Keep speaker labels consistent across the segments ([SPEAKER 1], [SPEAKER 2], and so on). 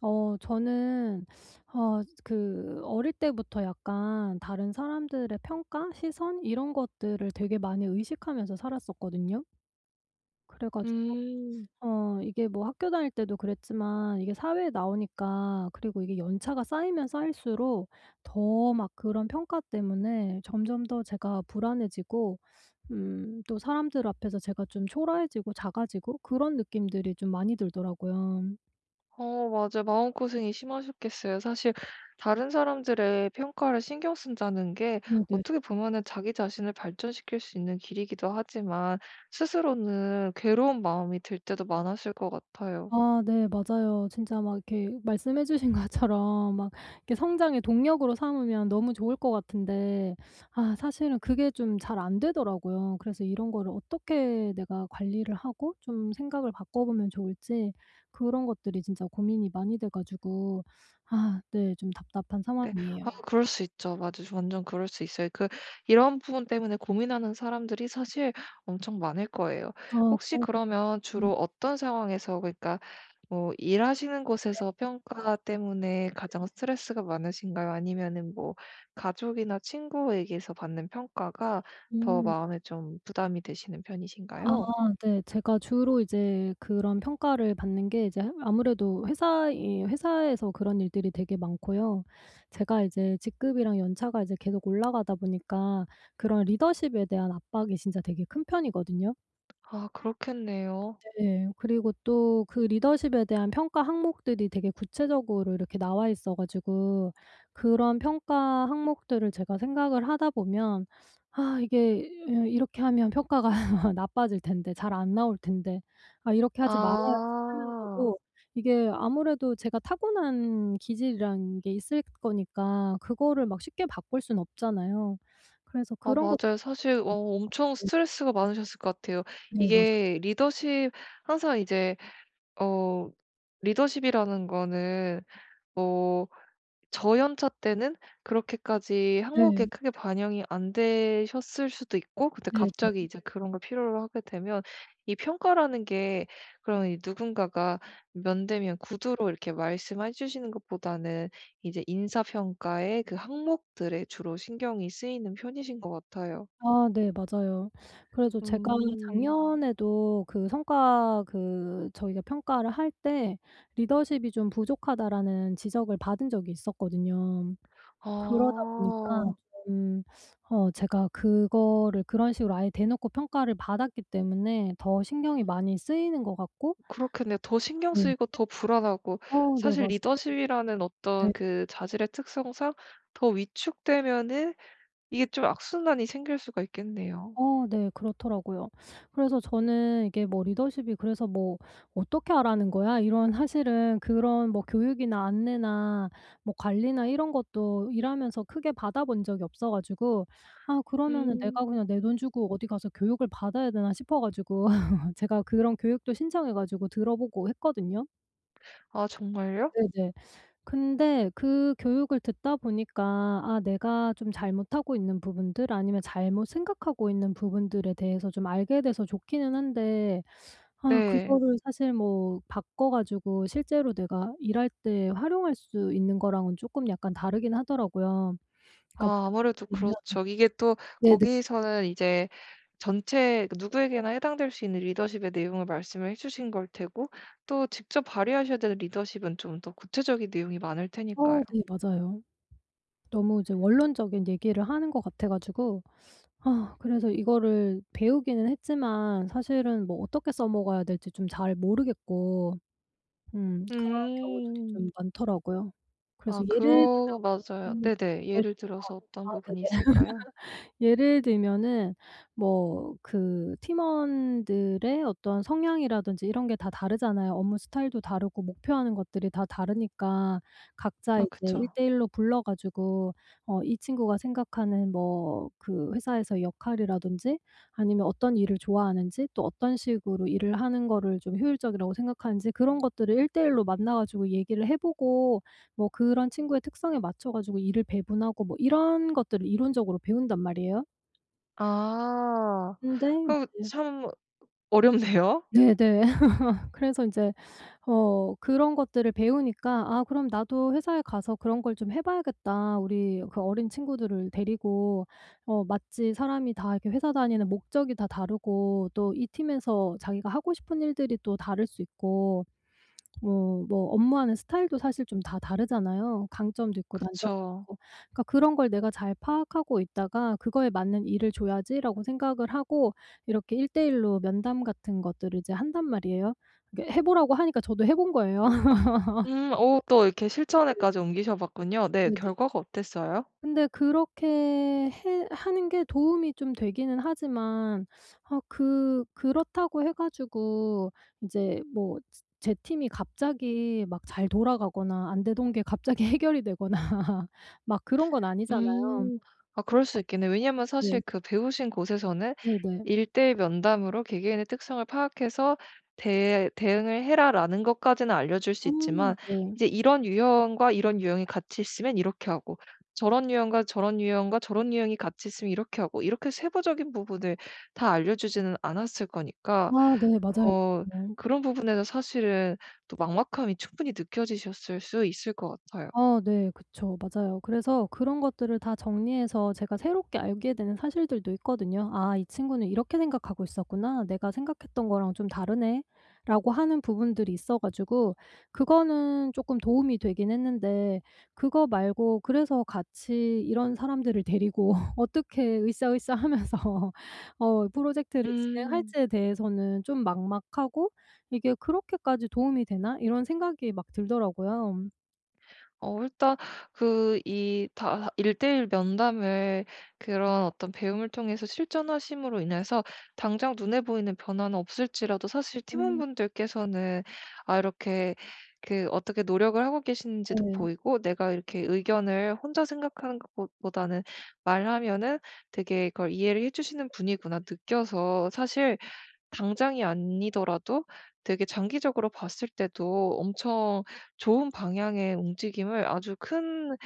[SPEAKER 1] 저는 그 어릴 때부터 약간 다른 사람들의 평가, 시선 이런 것들을 되게 많이 의식하면서 살았었거든요. 그래 가지고
[SPEAKER 2] 음.
[SPEAKER 1] 이게 뭐 학교 다닐 때도 그랬지만 이게 사회에 나오니까 그리고 이게 연차가 쌓이면 쌓일수록 더 막 그런 평가 때문에 점점 더 제가 불안해지고 또 사람들 앞에서 제가 좀 초라해지고 작아지고 그런 느낌들이 좀 많이 들더라고요.
[SPEAKER 2] 맞아요. 마음고생이 심하셨겠어요. 사실 다른 사람들의 평가를 신경 쓴다는 게
[SPEAKER 1] 네네.
[SPEAKER 2] 어떻게 보면은 자기 자신을 발전시킬 수 있는 길이기도 하지만 스스로는 괴로운 마음이 들 때도 많았을 것 같아요.
[SPEAKER 1] 아 네, 맞아요. 진짜 막 이렇게 말씀해 주신 것처럼 막 이렇게 성장의 동력으로 삼으면 너무 좋을 것 같은데 아 사실은 그게 좀 잘 안 되더라고요. 그래서 이런 거를 어떻게 내가 관리를 하고 좀 생각을 바꿔 보면 좋을지 그런 것들이 진짜 고민이 많이 돼 가지고 아 네, 좀 답답한
[SPEAKER 2] 네.
[SPEAKER 1] 상황이에요.
[SPEAKER 2] 아 그럴 수 있죠. 맞아요. 완전 그럴 수 있어요. 그 이런 부분 때문에 고민하는 사람들이 사실 엄청 많을 거예요.
[SPEAKER 1] 아
[SPEAKER 2] 혹시
[SPEAKER 1] 그런 거죠.
[SPEAKER 2] 그러면 주로 어떤 상황에서 그러니까 뭐 일하시는 곳에서 평가 때문에 가장 스트레스가 많으신가요? 아니면은 뭐 가족이나 친구에게서 받는 평가가 더
[SPEAKER 1] 음.
[SPEAKER 2] 마음에 좀 부담이 되시는
[SPEAKER 1] 아
[SPEAKER 2] 편이신가요?
[SPEAKER 1] 네. 제가 주로 이제 그런 평가를 받는 게 이제 아무래도 회사 이 회사에서 그런 일들이 되게 많고요. 제가 이제 직급이랑 연차가 이제 계속 올라가다 보니까 그런 리더십에 대한 압박이 진짜 되게 큰 편이거든요.
[SPEAKER 2] 아 그렇겠네요.
[SPEAKER 1] 네. 그리고 또 그 리더십에 대한 평가 항목들이 되게 구체적으로 이렇게 나와 있어 가지고 그런 평가 항목들을 제가 생각을 하다 보면 '아 이게 이렇게 하면 평가가 나빠질 텐데. 잘 안 나올 텐데. 아 이렇게 하지 말아야지.'
[SPEAKER 2] 아.
[SPEAKER 1] 하면서도 이게 아무래도 제가 타고난 기질이란 게 있을 거니까 그거를 막 쉽게 바꿀 순 없잖아요. 그래서
[SPEAKER 2] 아
[SPEAKER 1] 그런 것들
[SPEAKER 2] 맞아요. 사실
[SPEAKER 1] 좀.
[SPEAKER 2] 엄청
[SPEAKER 1] 네.
[SPEAKER 2] 스트레스가 많으셨을 것 같아요.
[SPEAKER 1] 네, 맞아요.
[SPEAKER 2] 이게 리더십 항상 이제 어 리더십이라는 거는 뭐 저연차 때는 그렇게까지 항목에
[SPEAKER 1] 네.
[SPEAKER 2] 크게 반영이 안 되셨을 수도 있고, 근데 갑자기
[SPEAKER 1] 네네.
[SPEAKER 2] 이제 그런 걸 필요로 하게 되면 이 평가라는 게 그런 이 누군가가 면대면 구두로 이렇게 말씀해 주시는 것보다는 이제 인사평가의 그 항목들에 주로 신경이 쓰이는 편이신 것 같아요.
[SPEAKER 1] 아 네, 맞아요. 그래서 제가
[SPEAKER 2] 음.
[SPEAKER 1] 작년에도 그 성과 그 저희가 평가를 할 때 "리더십이 좀 부족하다."라는 지적을 받은 적이 있었거든요. 그러다 보니까
[SPEAKER 2] 아,
[SPEAKER 1] 좀 제가 그거를 그런 식으로 아예 대놓고 평가를 받았기 때문에 더 신경이 많이 쓰이는 것 같고.
[SPEAKER 2] 그렇겠네요. 더 신경
[SPEAKER 1] 네.
[SPEAKER 2] 쓰이고 더 불안하고,
[SPEAKER 1] 네,
[SPEAKER 2] 사실
[SPEAKER 1] 맞아요.
[SPEAKER 2] 리더십이라는
[SPEAKER 1] 네.
[SPEAKER 2] 어떤 그 자질의 특성상 더 위축되면은 이게 좀 악순환이 생길 수가 있겠네요.
[SPEAKER 1] 어 네, 그렇더라고요. 그래서 저는 이게 뭐 리더십이 그래서 뭐 "어떻게 하라는 거야?" 이런, 사실은 그런 뭐 교육이나 안내나 뭐 관리나 이런 것도 일하면서 크게 받아본 적이 없어 가지고 '아 그러면은 내가
[SPEAKER 2] 음.
[SPEAKER 1] 그냥 내 돈 주고 어디 가서 교육을 받아야 되나?' 싶어 가지고 제가 그런 교육도 신청해 가지고 들어보고 했거든요.
[SPEAKER 2] 아 정말요?
[SPEAKER 1] 네네. 근데 그 교육을 듣다 보니까 아 내가 좀 잘못하고 있는 부분들 아니면 잘못 생각하고 있는 부분들에 대해서 좀 알게 돼서 좋기는 한데 아
[SPEAKER 2] 네.
[SPEAKER 1] 그거를 사실 뭐 바꿔 가지고 실제로 내가 일할 때 활용할 수 있는 거랑은 쪼끔 약간 다르긴 하더라고요. 그러니까
[SPEAKER 2] 아 아무래도
[SPEAKER 1] 보면
[SPEAKER 2] 그렇죠. 이게 또
[SPEAKER 1] 네네.
[SPEAKER 2] 거기서는 이제 전체 그 누구에게나 해당될 수 있는 리더십의 내용을 말씀을 해 주신 걸 테고, 또 직접 발휘하셔야 되는 리더십은 좀 더 구체적인 내용이 많을 테니까요.
[SPEAKER 1] 네, 맞아요. 너무 이제 원론적인 얘기를 하는 것 같아 가지고 아 그래서 이거를 배우기는 했지만 사실은 뭐 어떻게 써 먹어야 될지 좀 잘 모르겠고 그런 경우들이
[SPEAKER 2] 음.
[SPEAKER 1] 좀 많더라고요.
[SPEAKER 2] 아
[SPEAKER 1] 그래서 예를 들면
[SPEAKER 2] 그러
[SPEAKER 1] 막
[SPEAKER 2] 맞아요.
[SPEAKER 1] 그런. 네.
[SPEAKER 2] 네네. 예를 들어서
[SPEAKER 1] 아
[SPEAKER 2] 어떤 부분이
[SPEAKER 1] 네네.
[SPEAKER 2] 있을까요?
[SPEAKER 1] 예를 들면은 뭐 그 팀원들의 어떤 성향이라든지 이런 게 다 다르잖아요. 업무 스타일도 다르고 목표하는 것들이 다 다르니까 각자. 네.
[SPEAKER 2] 아
[SPEAKER 1] 이제
[SPEAKER 2] 그쵸.
[SPEAKER 1] 1대 1로 불러 가지고 이 친구가 생각하는 뭐 그 회사에서의 역할이라든지 아니면 어떤 일을 좋아하는지 또 어떤 식으로 일을 하는 거를 좀 효율적이라고 생각하는지 그런 것들을 1대 1로 만나 가지고 얘기를 해 보고 뭐 그런 친구의 특성에 맞춰 가지고 일을 배분하고 뭐 이런 것들을 이론적으로 배운단 말이에요.
[SPEAKER 2] 아.
[SPEAKER 1] 근데
[SPEAKER 2] 그 참 어렵네요.
[SPEAKER 1] 이제 네네. 그래서 인제 그런 것들을 배우니까 '아 그럼 나도 회사에 가서 그런 걸 좀 해 봐야겠다. 우리 그 어린 친구들을 데리고.' 마치 사람이 다 이렇게 회사 다니는 목적이 다 다르고 또 이 팀에서 자기가 하고 싶은 일들이 또 다를 수 있고 뭐 업무하는 스타일도 사실 좀 다 다르잖아요. 강점도 있고 단점도
[SPEAKER 2] 그쵸.
[SPEAKER 1] 있고. 그러니까 그런 걸 내가 잘 파악하고 있다가 '그거에 맞는 일을 줘야지.'라고 생각을 하고 이렇게 1대1로 면담 같은 것들을 이제 한단 말이에요. 이게 해 보라고 하니까 저도 해본 거예요.
[SPEAKER 2] 오 또 이렇게 실천에까지 옮기셔 봤군요. 네.
[SPEAKER 1] 네.
[SPEAKER 2] 결과가 어땠어요?
[SPEAKER 1] 근데 그렇게 해 하는 게 도움이 좀 되기는 하지만 아 그렇다고 해 가지고 이제 뭐 제 팀이 갑자기 막 잘 돌아가거나 안 되던 게 갑자기 해결이 되거나 막 그런 건 아니잖아요.
[SPEAKER 2] 음. 아 그럴 수 있겠네요. 왜냐면
[SPEAKER 1] 네.
[SPEAKER 2] 사실 그 배우신 곳에서는
[SPEAKER 1] 네네.
[SPEAKER 2] 일대의 면담으로 개개인의 특성을 파악해서 대 "대응을 해라."라는 것까지는 알려줄 수
[SPEAKER 1] 음.
[SPEAKER 2] 있지만
[SPEAKER 1] 네.
[SPEAKER 2] 이제 이런 유형과 이런 유형이 같이 있으면 이렇게 하고, 저런 유형과 저런 유형과 저런 유형이 같이 있으면 이렇게 하고, 이렇게 세부적인 부분을 다 알려주지는 않았을 거니까
[SPEAKER 1] 아 네, 맞아요.
[SPEAKER 2] 어
[SPEAKER 1] 네.
[SPEAKER 2] 그런 부분에서 사실은 또 막막함이 충분히 느껴지셨을 수 있을 것 같아요.
[SPEAKER 1] 네. 그쵸, 맞아요. 그래서 그런 것들을 다 정리해서 제가 새롭게 알게 되는 사실들도 있거든요. '아 이 친구는 이렇게 생각하고 있었구나. 내가 생각했던 거랑 좀 다르네.'라고 하는 부분들이 있어 가지고 그거는 쪼끔 도움이 되긴 했는데 그거 말고, 그래서 같이 이런 사람들을 데리고 어떻게 으쌰으쌰하면서 프로젝트를
[SPEAKER 2] 음.
[SPEAKER 1] 진행할지에 대해서는 좀 막막하고 '이게 그렇게까지 도움이 되나?' 이런 생각이 막 들더라고요.
[SPEAKER 2] 일단 그 이 다1일 면담을 그런 어떤 배움을 통해서 실전하심으로 인해서 당장 눈에 보이는 변화는 없을지라도 사실 팀원분들께서는 아 이렇게 그 어떻게 노력을 하고 계시는지도
[SPEAKER 1] 네.
[SPEAKER 2] 보이고, 내가 이렇게 의견을 혼자 생각하는 것보다는 말하면은 되게 그걸 이해를 해 주시는 분이구나 느껴서 사실 당장이 아니더라도 되게 장기적으로 봤을 때도 엄청 좋은 방향의 움직임을 아주 큰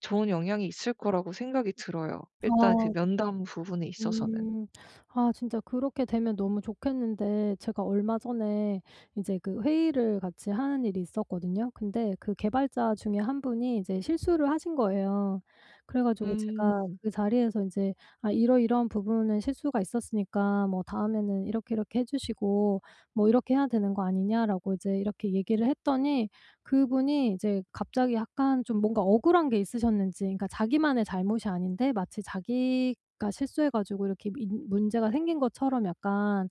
[SPEAKER 2] 좋은 영향이 있을 거라고 생각이 들어요. 일단 그
[SPEAKER 1] 아.
[SPEAKER 2] 면담 부분에 있어서는.
[SPEAKER 1] 음. 아 진짜 그렇게 되면 너무 좋겠는데 제가 얼마 전에 이제 그 회의를 같이 하는 일이 있었거든요. 근데 그 개발자 중에 한 분이 이제 실수를 하신 거예요. 그래 가지고 제가
[SPEAKER 2] 음.
[SPEAKER 1] 그 자리에서 인제 "아 이러이러한 부분은 실수가 있었으니까 뭐 다음에는 이렇게, 이렇게 해 주시고 뭐 이렇게 해야 되는 거 아니냐?"라고 이제 이렇게 얘기를 했더니 그분이 이제 갑자기 약간 좀 뭔가 억울한 게 있으셨는지, 그러니까 자기만의 잘못이 아닌데 마치 자기가 실수해 가지고 이렇게 민 문제가 생긴 것처럼 약간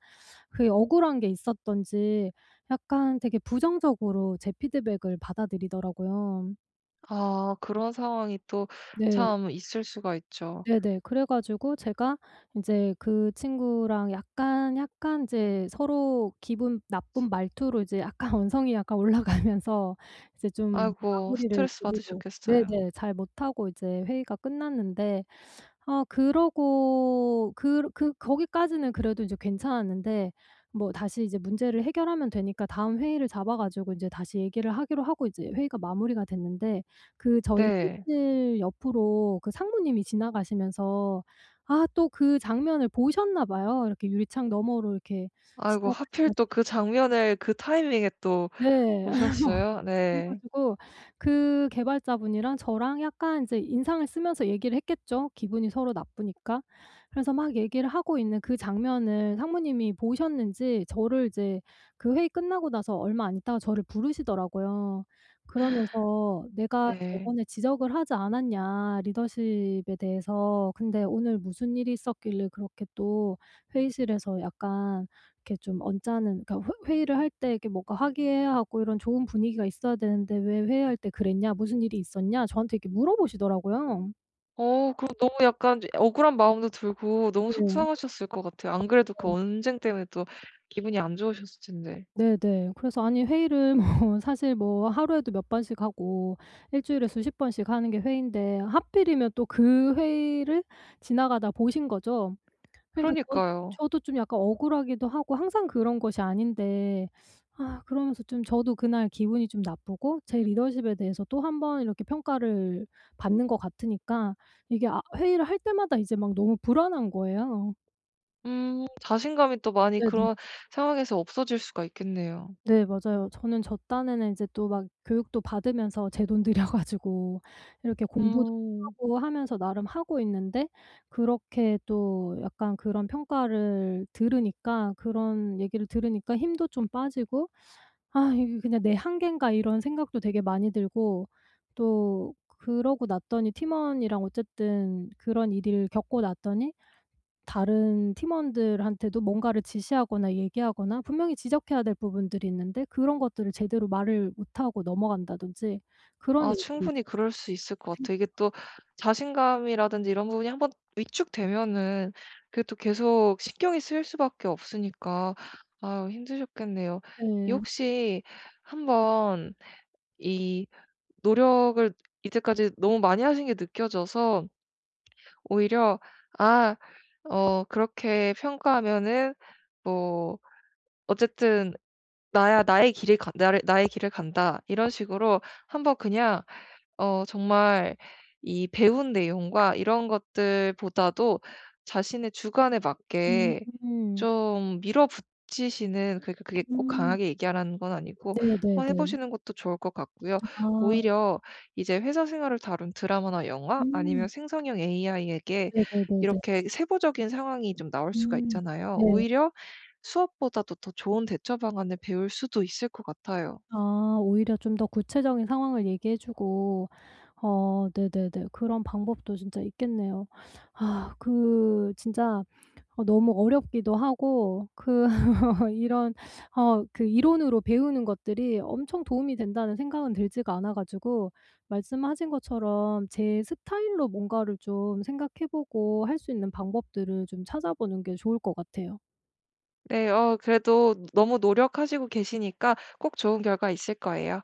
[SPEAKER 1] 그게 억울한 게 있었던지 약간 되게 부정적으로 제 피드백을 받아들이더라고요.
[SPEAKER 2] 아 그런 상황이 또
[SPEAKER 1] 네.
[SPEAKER 2] 참 있을 수가 있죠.
[SPEAKER 1] 네네. 그래 가지고 제가 이제 그 친구랑 약간 이제 서로 기분 나쁜 말투로 이제 약간 언성이 약간 올라가면서 이제 좀
[SPEAKER 2] 아이고
[SPEAKER 1] 마무리를
[SPEAKER 2] 스트레스
[SPEAKER 1] 제대로.
[SPEAKER 2] 받으셨겠어요.
[SPEAKER 1] 네네. 잘 못하고 이제 회의가 끝났는데 아 그러고 그 거기까지는 그래도 이제 괜찮았는데 뭐 다시 이제 문제를 해결하면 되니까 다음 회의를 잡아 가지고 이제 다시 얘기를 하기로 하고 이제 회의가 마무리가 됐는데 그 저희
[SPEAKER 2] 네.
[SPEAKER 1] 회의실 옆으로 그 상무님이 지나가시면서 아 또 그 장면을 보셨나 봐요. 이렇게 유리창 너머로 이렇게
[SPEAKER 2] 아이고 하필
[SPEAKER 1] 지나가시면서.
[SPEAKER 2] 또 그 장면을 그 타이밍에 또
[SPEAKER 1] 네.
[SPEAKER 2] 보셨어요?
[SPEAKER 1] 그래
[SPEAKER 2] 네.
[SPEAKER 1] 가지고 그 개발자분이랑 저랑 약간 인제 인상을 쓰면서 얘기를 했겠죠, 기분이 서로 나쁘니까. 그래서 막 얘기를 하고 있는 그 장면을 상무님이 보셨는지 저를 이제 그 회의 끝나고 나서 얼마 안 있다가 저를 부르시더라고요. 그러면서 "내가
[SPEAKER 2] 네.
[SPEAKER 1] 저번에 지적을 하지 않았냐, 리더십에 대해서. 근데 오늘 무슨 일이 있었길래 그렇게 또 회의실에서 약간 이렇게 좀 언짢은, 그러니까 회 회의를 할 때 이렇게 뭔가 화기애애하고 하고 이런 좋은 분위기가 있어야 되는데 왜 회의할 때 그랬냐? 무슨 일이 있었냐?" 저한테 이렇게 물어보시더라고요.
[SPEAKER 2] 그럼 너무 약간 억울한 마음도 들고 너무
[SPEAKER 1] 네.
[SPEAKER 2] 속상하셨을 것 같아요. 안 그래도 그 언쟁 때문에 또 기분이 안 좋으셨을 텐데.
[SPEAKER 1] 네. 네 그래서 아니 회의를 뭐 사실 뭐 하루에도 몇 번씩 하고 일 주일에 수십 번씩 하는 게 회의인데 하필이면 또 그 회의를 지나가다 보신 거죠. 그러니까 저
[SPEAKER 2] 그러니까요.
[SPEAKER 1] 저도 좀 약간 억울하기도 하고 항상 그런 것이 아닌데 아 그러면서 좀 저도 그날 기분이 좀 나쁘고 제 리더십에 대해서 또 한번 이렇게 평가를 받는 것 같으니까 이게 아 회의를 할 때마다 이제 막 너무 불안한 거예요.
[SPEAKER 2] 자신감이 또 많이
[SPEAKER 1] 네네.
[SPEAKER 2] 그런 상황에서 없어질 수가 있겠네요.
[SPEAKER 1] 네, 맞아요. 저는 저 딴에는 이제 또 막 교육도 받으면서 제 돈 들여 가지고 이렇게 공부도
[SPEAKER 2] 음.
[SPEAKER 1] 하고 하면서 나름 하고 있는데 그렇게 또 약간 그런 평가를 들으니까, 그런 얘기를 들으니까 힘도 좀 빠지고 '아 이게 그냥 내 한계인가.' 이런 생각도 되게 많이 들고 또 그러고 났더니 팀원이랑 어쨌든 그런 일을 겪고 났더니 다른 팀원들한테도 뭔가를 지시하거나 얘기하거나 분명히 지적해야 될 부분들이 있는데 그런 것들을 제대로 말을 못하고 넘어간다든지 그런
[SPEAKER 2] 아
[SPEAKER 1] 일들이.
[SPEAKER 2] 충분히 그럴 수 있을 것 같아요. 이게 또 자신감이라든지 이런 부분이 한번 위축되면은 그게 또 계속 신경이 쓰일 수밖에 없으니까 아유 힘드셨겠네요. 이
[SPEAKER 1] 네.
[SPEAKER 2] 혹시 한번 이 노력을 이제까지 너무 많이 하신 게 느껴져서 오히려 '아 그렇게 평가하면은 뭐 어쨌든 나야 나의 길을 가, 나를 나의 길을 간다.' 이런 식으로 한번 그냥 정말 이 배운 내용과 이런 것들보다도 자신의 주관에
[SPEAKER 1] 음.
[SPEAKER 2] 맞게 좀 밀어붙이시는, 그러니까 그게 꼭
[SPEAKER 1] 음.
[SPEAKER 2] 강하게 얘기하라는 건 아니고 한번 해
[SPEAKER 1] 네네네.
[SPEAKER 2] 보시는 것도 좋을 것 같고요.
[SPEAKER 1] 아.
[SPEAKER 2] 오히려 이제 회사 생활을 다룬 드라마나 영화
[SPEAKER 1] 음.
[SPEAKER 2] 아니면 생성형 AI에게
[SPEAKER 1] 네네네네.
[SPEAKER 2] 이렇게 세부적인 상황이 좀 나올 수가
[SPEAKER 1] 음.
[SPEAKER 2] 있잖아요.
[SPEAKER 1] 네.
[SPEAKER 2] 오히려 수업보다도 더 좋은 대처 방안을 배울 수도 있을 것 같아요.
[SPEAKER 1] 아 오히려 좀 더 구체적인 상황을 얘기해 주고. 네네네. 그런 방법도 진짜 있겠네요. 아 그 진짜 너무 어렵기도 하고 그 이런 그 이론으로 배우는 것들이 엄청 도움이 된다는 생각은 들지가 않아 가지고 말씀하신 것처럼 제 스타일로 뭔가를 좀 생각해 보고 할 수 있는 방법들을 좀 찾아보는 게 좋을 것 같아요.
[SPEAKER 2] 네. 그래도 너무 노력하시고 계시니까 꼭 좋은 결과 있을 거예요.